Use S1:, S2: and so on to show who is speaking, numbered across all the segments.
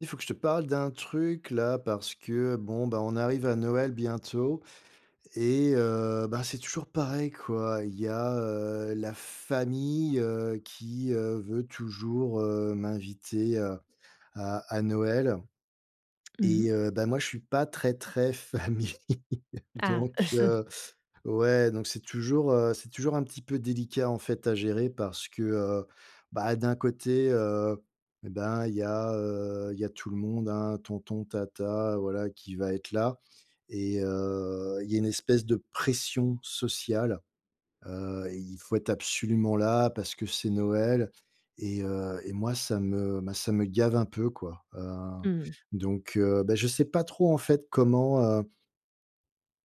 S1: Il faut que je te parle d'un truc là parce que on arrive à Noël bientôt et c'est toujours pareil quoi. Il y a, la famille, qui, veut toujours, m'inviter, à Noël
S2: Mmh.
S1: et moi je suis pas très, très famille
S2: Ah.
S1: donc. Ouais, donc c'est toujours un petit peu délicat, en fait, à gérer parce que, d'un côté, il y a tout le monde, hein, tonton, tata, voilà, qui va être là et il y a une espèce de pression sociale, il faut être absolument là parce que c'est Noël et moi ça me ça me gave un peu, quoi,
S2: Mmh.
S1: donc je sais pas trop, en fait, comment.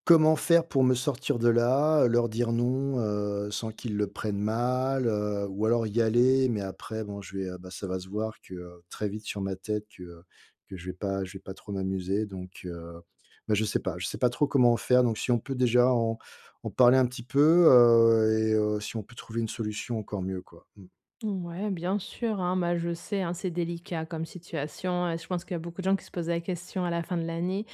S1: Comment faire pour me sortir de là, leur dire non, sans qu'ils le prennent mal, ou alors y aller, mais après bon je vais, ça va se voir que, très vite sur ma tête que, que je vais pas trop m'amuser donc je sais pas trop comment faire, donc si on peut déjà en parler un petit peu, et si on peut trouver une solution encore mieux quoi. Mmh.
S2: Ouais, bien sûr, hein, bah, je sais, hein, c'est délicat comme situation, je pense qu'il y a beaucoup de gens qui se posent la question à la fin de l'année,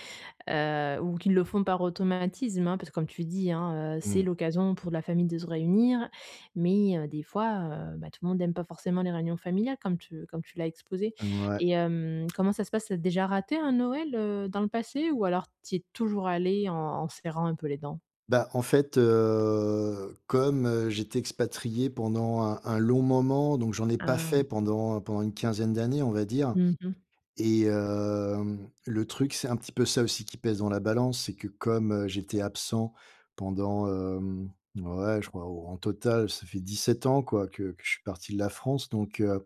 S2: ou qui le font par automatisme, hein, parce que comme tu dis, hein, c'est
S1: Mmh.
S2: l'occasion pour la famille de se réunir, mais des fois, bah, tout le monde aime pas forcément les réunions familiales comme tu l'as exposé.
S1: Mouais.
S2: Et hem, comment ça se passe? T'as déjà raté un Noël, dans le passé, ou alors tu es toujours allé en serrant un peu les dents?
S1: Bah, en fait, comme, j'étais expatrié pendant un long moment, donc j'en ai pas fait
S2: Ah.
S1: pendant pendant une quinzaine d'années, on va dire,
S2: Mmh.
S1: et le truc, c'est un petit peu ça aussi qui pèse dans la balance, c'est que comme, j'étais absent pendant, ouais, je crois, au en total, ça fait 17 ans, quoi, que je suis parti de la France, donc euh,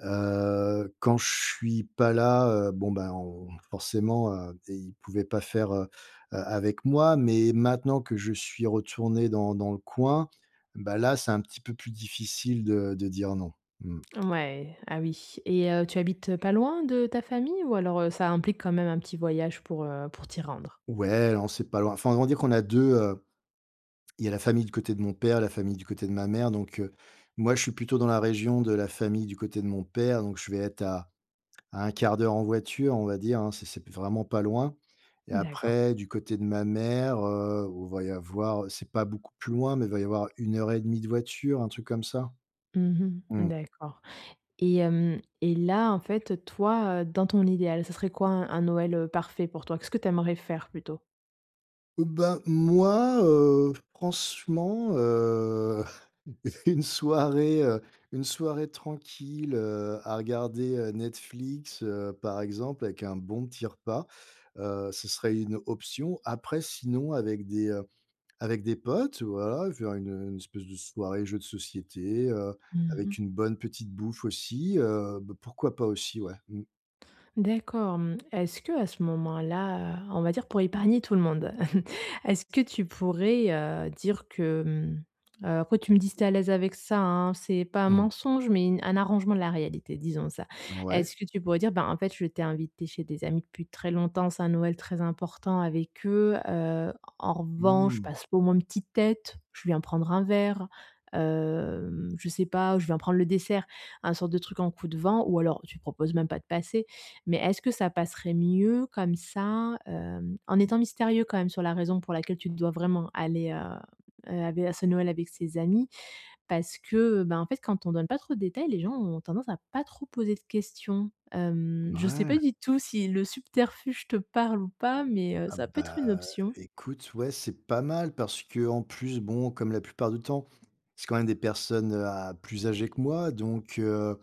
S1: Heu, quand je suis pas là, bon, ben, on forcément, ils pouvaient pas faire, avec moi. Mais maintenant que je suis retourné dans le coin, bah, là, c'est un petit peu plus difficile de dire non. Mmh.
S2: Ouais, ah oui, et tu habites pas loin de ta famille, ou alors, ça implique quand même un petit voyage pour t'y rendre?
S1: Ouais, non, c'est pas loin. Enfin, on va dire qu'on a deux, il y a la famille du côté de mon père, la famille du côté de ma mère. Donc, moi, je suis plutôt dans la région de la famille du côté de mon père, donc je vais être à 1/4 d'heure en voiture, on va dire, hein, c'est vraiment pas loin, et
S2: D'accord.
S1: après du côté de ma mère, on va y avoir, c'est pas beaucoup plus loin, mais il va y avoir 1 h 30 de voiture, un truc comme ça.
S2: Mmh.
S1: Mmh.
S2: D'accord. Et hem, et là, en fait, toi, dans ton idéal, ça serait quoi un Noël, parfait pour toi? Qu'est-ce que tu aimerais faire plutôt?
S1: Moi, franchement, une soirée, heu, une soirée tranquille, à regarder, Netflix, par exemple, avec un bon petit repas, ce serait une option. Après sinon avec des, avec des potes, voilà, faire une espèce de soirée jeu de société,
S2: Mmh.
S1: avec une bonne petite bouffe aussi, pourquoi pas aussi, ouais. Mmh,
S2: D'accord, mmh. Est-ce que à ce moment-là, on va dire pour épargner tout le monde, est-ce que tu pourrais, dire que, mmh, après tu me dis si tu à l'aise avec ça, hein, c'est pas un
S1: mmh.
S2: mensonge, mais une un arrangement de la réalité, disons ça.
S1: Ouais.
S2: Est-ce que tu pourrais dire: «Ben, en fait, je t'ai invité chez des amis depuis très longtemps, c'est un Noël très important avec eux, en revanche, je
S1: Mmh.
S2: passe pas au moins une petite tête, je viens prendre un verre, hem, je sais pas, je viens prendre le dessert», un sorte de truc en coup de vent, ou alors tu proposes même pas de passer. Mais est-ce que ça passerait mieux comme ça, hem, en étant mystérieux quand même sur la raison pour laquelle tu dois vraiment aller, ave à ce Noël avec ses amis? Parce que, ben, en fait, quand on donne pas trop de détails, les gens ont tendance à pas trop poser de questions. Hem, je sais
S1: Ouais.
S2: pas du tout si le subterfuge te parle ou pas, mais
S1: Ah
S2: ça peut être une
S1: bah,
S2: option.
S1: écoute, ouais, c'est pas mal parce qu'en plus, bon, comme la plupart du temps, c'est quand même des personnes, à plus âgées que moi, donc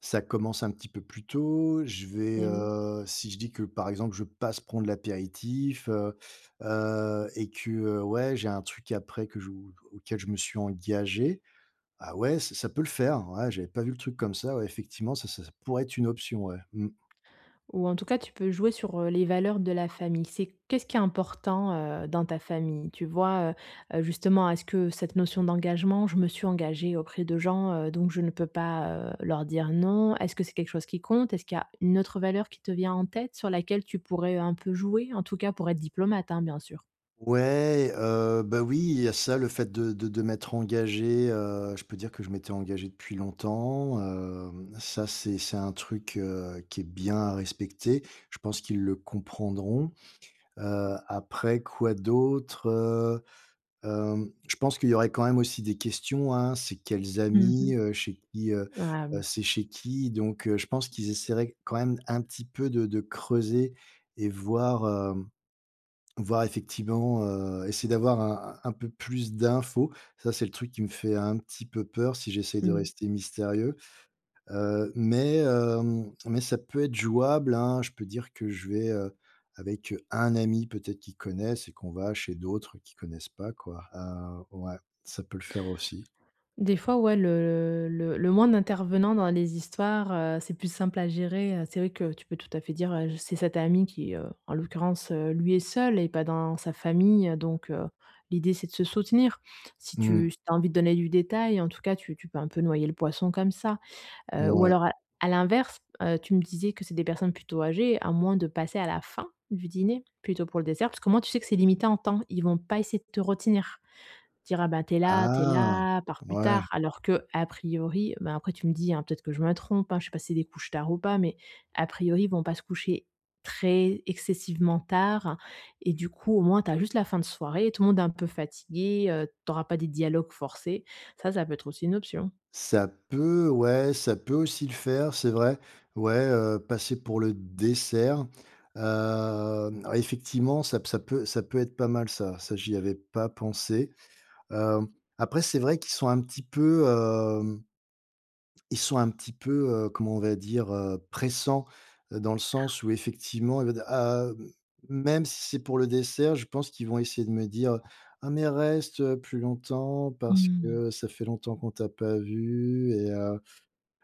S1: ça commence un petit peu plus tôt. Je vais, si je dis que, par exemple, je passe prendre l'apéritif, et que, ouais, j'ai un truc après que je auquel je me suis engagé. Ah ouais, ça ça peut le faire. Ouais, j'avais pas vu le truc comme ça. Ouais, effectivement, ça pourrait être une option, ouais. Mmh.
S2: Ou en tout cas, tu peux jouer sur, les valeurs de la famille. C'est qu'est-ce qui est important, dans ta famille? Tu vois, justement, est-ce que cette notion d'engagement, je me suis engagée auprès de gens, donc je ne peux pas, leur dire non? Est-ce que c'est quelque chose qui compte? Est-ce qu'il y a une autre valeur qui te vient en tête sur laquelle tu pourrais un peu jouer? En tout cas pour être diplomate, hein, bien sûr.
S1: Ouais, oui, il y a ça, le fait de m'être engagé, je peux dire que je m'étais engagé depuis longtemps, ça, c'est un truc, qui est bien à respecter. Je pense qu'ils le comprendront. Après quoi d'autre? Je pense qu'il y aurait quand même aussi des questions, hein. C'est quels amis,
S2: Mmh.
S1: chez qui,
S2: Ah oui.
S1: c'est chez qui? Donc je pense qu'ils essaieraient quand même un petit peu de creuser et voir, hem, voir effectivement, essayer d'avoir un peu plus d'infos. Ça, c'est le truc qui me fait un petit peu peur si j'essaie de
S2: Mmh.
S1: rester mystérieux. Mais ça peut être jouable, hein. Je peux dire que je vais, avec un ami peut-être qui connaissent et qu'on va chez d'autres qui connaissent pas quoi. Ouais, ça peut le faire aussi.
S2: Des fois, ouais, le le moins d'intervenants dans les histoires, c'est plus simple à gérer, c'est vrai que tu peux tout à fait dire, c'est cet ami qui, en l'occurrence, lui est seul et pas dans sa famille, donc l'idée c'est de se soutenir. Si
S1: Mmh.
S2: tu si as envie de donner du détail, en tout cas, tu peux un peu noyer le poisson comme ça, ou
S1: Ouais.
S2: alors à l'inverse, tu me disais que c'est des personnes plutôt âgées, à moins de passer à la fin du dîner, plutôt pour le dessert, parce que moi, tu sais que c'est limité en temps, ils vont pas essayer de te retenir. Dire: «Ah bah, tu là, t'es
S1: Ah!
S2: là, pars plus
S1: Ouais.
S2: tard». Alors que a priori, ben après tu me dis, hein, peut-être que je me trompe, hein, je sais pas si c'est des couches tard ou pas, mais a priori, ils vont pas se coucher très excessivement tard, et du coup, au moins, t'as juste la fin de soirée, tout le monde est un peu fatigué, tu pas des dialogues forcés. Ça peut être aussi une option.
S1: Ça peut, ouais, ça peut aussi le faire, c'est vrai. Ouais, passer pour le dessert. Hem, alors effectivement, ça ça peut être pas mal ça. Ça, j'y avais pas pensé. Hem, après c'est vrai qu'ils sont un petit peu, ils sont un petit peu, comment on va dire? Pressants, dans le sens où effectivement, il va dire: «Ah, même si c'est pour le dessert, je pense qu'ils vont essayer de me dire: «Ah mais reste, plus longtemps parce
S2: Mmh.
S1: que ça fait longtemps qu'on t'a pas vu» et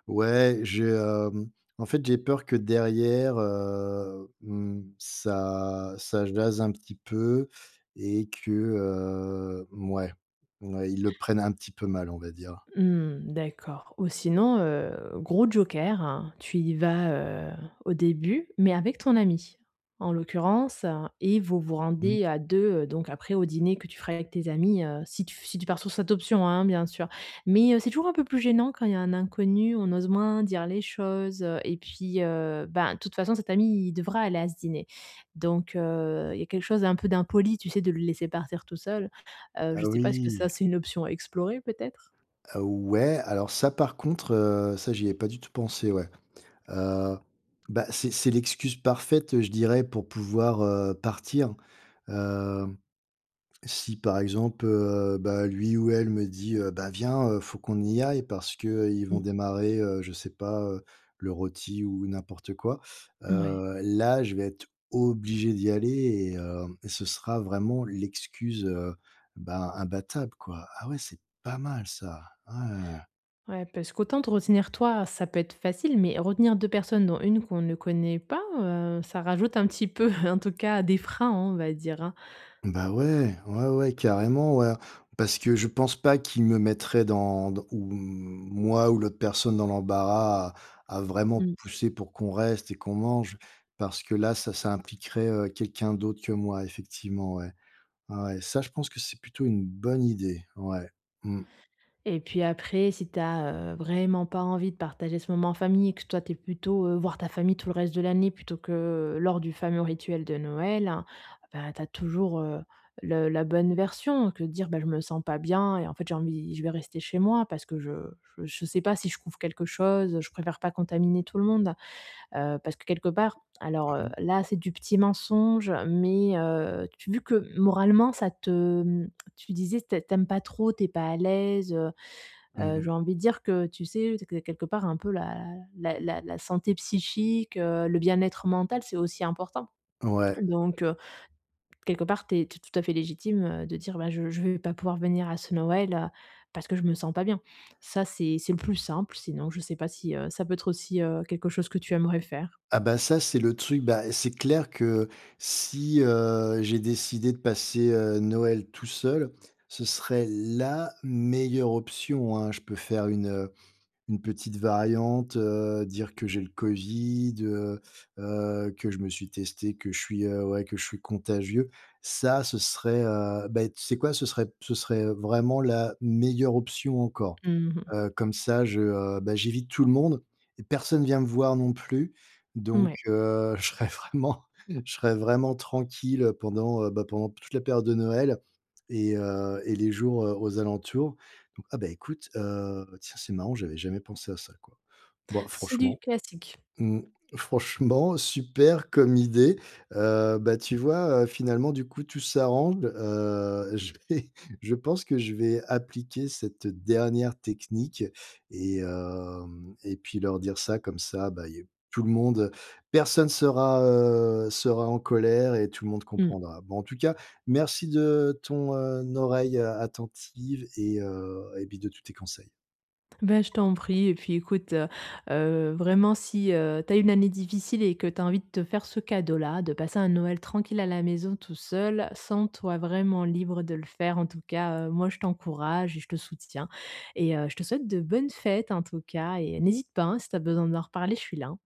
S1: ouais, j'ai, en fait, j'ai peur que derrière, ça jase un petit peu et que, ouais, ils le prennent un petit peu mal, on va dire.
S2: Mmh, d'accord. Ou sinon, gros joker, hein, tu y vas, heu, au début, mais avec ton ami, en l'occurrence, heu, et vous vous
S1: Mmh.
S2: rendez à 2. Heu, donc après au dîner que tu feras avec tes amis, si tu si tu pars sur cette option, hein, bien sûr. Mais, c'est toujours un peu plus gênant quand il y a un inconnu, on ose moins dire les choses, et puis, ben, de toute façon cet ami, il devra aller à ce dîner. Donc, il y a quelque chose d'un peu d'impoli, tu sais, de le laisser partir tout seul.
S1: Ah
S2: Je sais pas, est-ce que
S1: oui!
S2: ça, c'est une option à explorer peut-être?
S1: Ouais, alors ça par contre, ça j'y ai pas du tout pensé, ouais. Heu, c'est l'excuse parfaite, je dirais, pour pouvoir, partir. Hem, si par exemple, lui ou elle me dit, «Bah, viens, faut qu'on y aille parce que ils vont
S2: Mmh.
S1: démarrer, je sais pas, le rôti ou n'importe quoi».
S2: Ouais,
S1: Là, je vais être obligé d'y aller, et ce sera vraiment l'excuse, imbattable quoi. Ah ouais, c'est pas mal ça. Ouais.
S2: ouais, parce qu'autant te retenir toi, ça peut être facile, mais retenir 2 personnes, dont une qu'on ne connaît pas, ça rajoute un petit peu, en tout cas, des freins, hein, on va dire, hein.
S1: Bah, ouais, ouais, ouais, carrément, ouais, parce que je pense pas qu'ils me mettraient dans ou moi ou l'autre personne dans l'embarras à vraiment
S2: Mmh.
S1: pousser pour qu'on reste et qu'on mange, parce que là, ça impliquerait, quelqu'un d'autre que moi, effectivement, ouais. Ouais, ça, je pense que c'est plutôt une bonne idée, ouais. Mmh.
S2: Et puis après, si t'as as vraiment pas envie de partager ce moment en famille, et que toi, t'es plutôt, voir ta famille tout le reste de l'année plutôt que lors du fameux rituel de Noël, hein, bah, tu toujours, le la bonne version que de dire: «Ben, je me sens pas bien, et en fait, j'ai envie, je vais rester chez moi parce que je je sais pas si je couvre quelque chose, je préfère pas contaminer tout le monde». Parce que quelque part alors,
S1: Ah.
S2: là, c'est du petit mensonge, mais, tu vu que moralement ça te, mmh, tu disais tu ai pas trop, t'es pas à l'aise, j'ai
S1: Mmh.
S2: envie de dire que tu sais, que quelque part un peu la la santé psychique, le bien-être mental, c'est aussi important.
S1: Ouais.
S2: Donc, quelque part, tu es tout à fait légitime, de dire: «Bah, je vais pas pouvoir venir à ce Noël, parce que je me sens pas bien». Ça, c'est le plus simple, sinon je sais pas si, ça peut être aussi, quelque chose que tu aimerais faire?
S1: Ah bah, ça, c'est le truc, bah, c'est clair que si, j'ai décidé de passer, Noël tout seul, ce serait la meilleure option, hein. Je peux faire une petite variante, dire que j'ai le Covid, que je me suis testé, que je suis, ouais, que je suis contagieux. Ça, ce serait, beh, tu sais quoi? Ce serait vraiment la meilleure option encore.
S2: Mmh.
S1: Comme ça je, j'évite tout le monde et personne vient me voir non plus, donc
S2: Ouais,
S1: je serai vraiment tranquille, pendant, pendant toute la période de Noël et les jours, aux alentours, donc ah, bah, écoute, tiens, c'est marrant, j'avais jamais pensé à ça, quoi. Bon,
S2: c'est du
S1: franchement.
S2: classique.
S1: Mmh, franchement, super comme idée. Tu vois, finalement, du coup, tout s'arrange. Je vais je pense que je vais appliquer cette dernière technique, et puis leur dire ça comme ça, bah, y tout le monde, personne sera, sera en colère et tout le monde
S2: Mmh.
S1: comprendra. Bon, en tout cas, merci de ton, oreille, attentive et puis de tous tes conseils.
S2: Bah, je t'en prie, et puis écoute, vraiment si, tu as une année difficile et que tu as envie de te faire ce cadeau-là, de passer un Noël tranquille à la maison tout seul, sens-toi vraiment libre de le faire. En tout cas, moi je t'encourage et je te soutiens, et je te souhaite de bonnes fêtes en tout cas, et n'hésite pas, hein, si tu as besoin d'en reparler, je suis là, hein.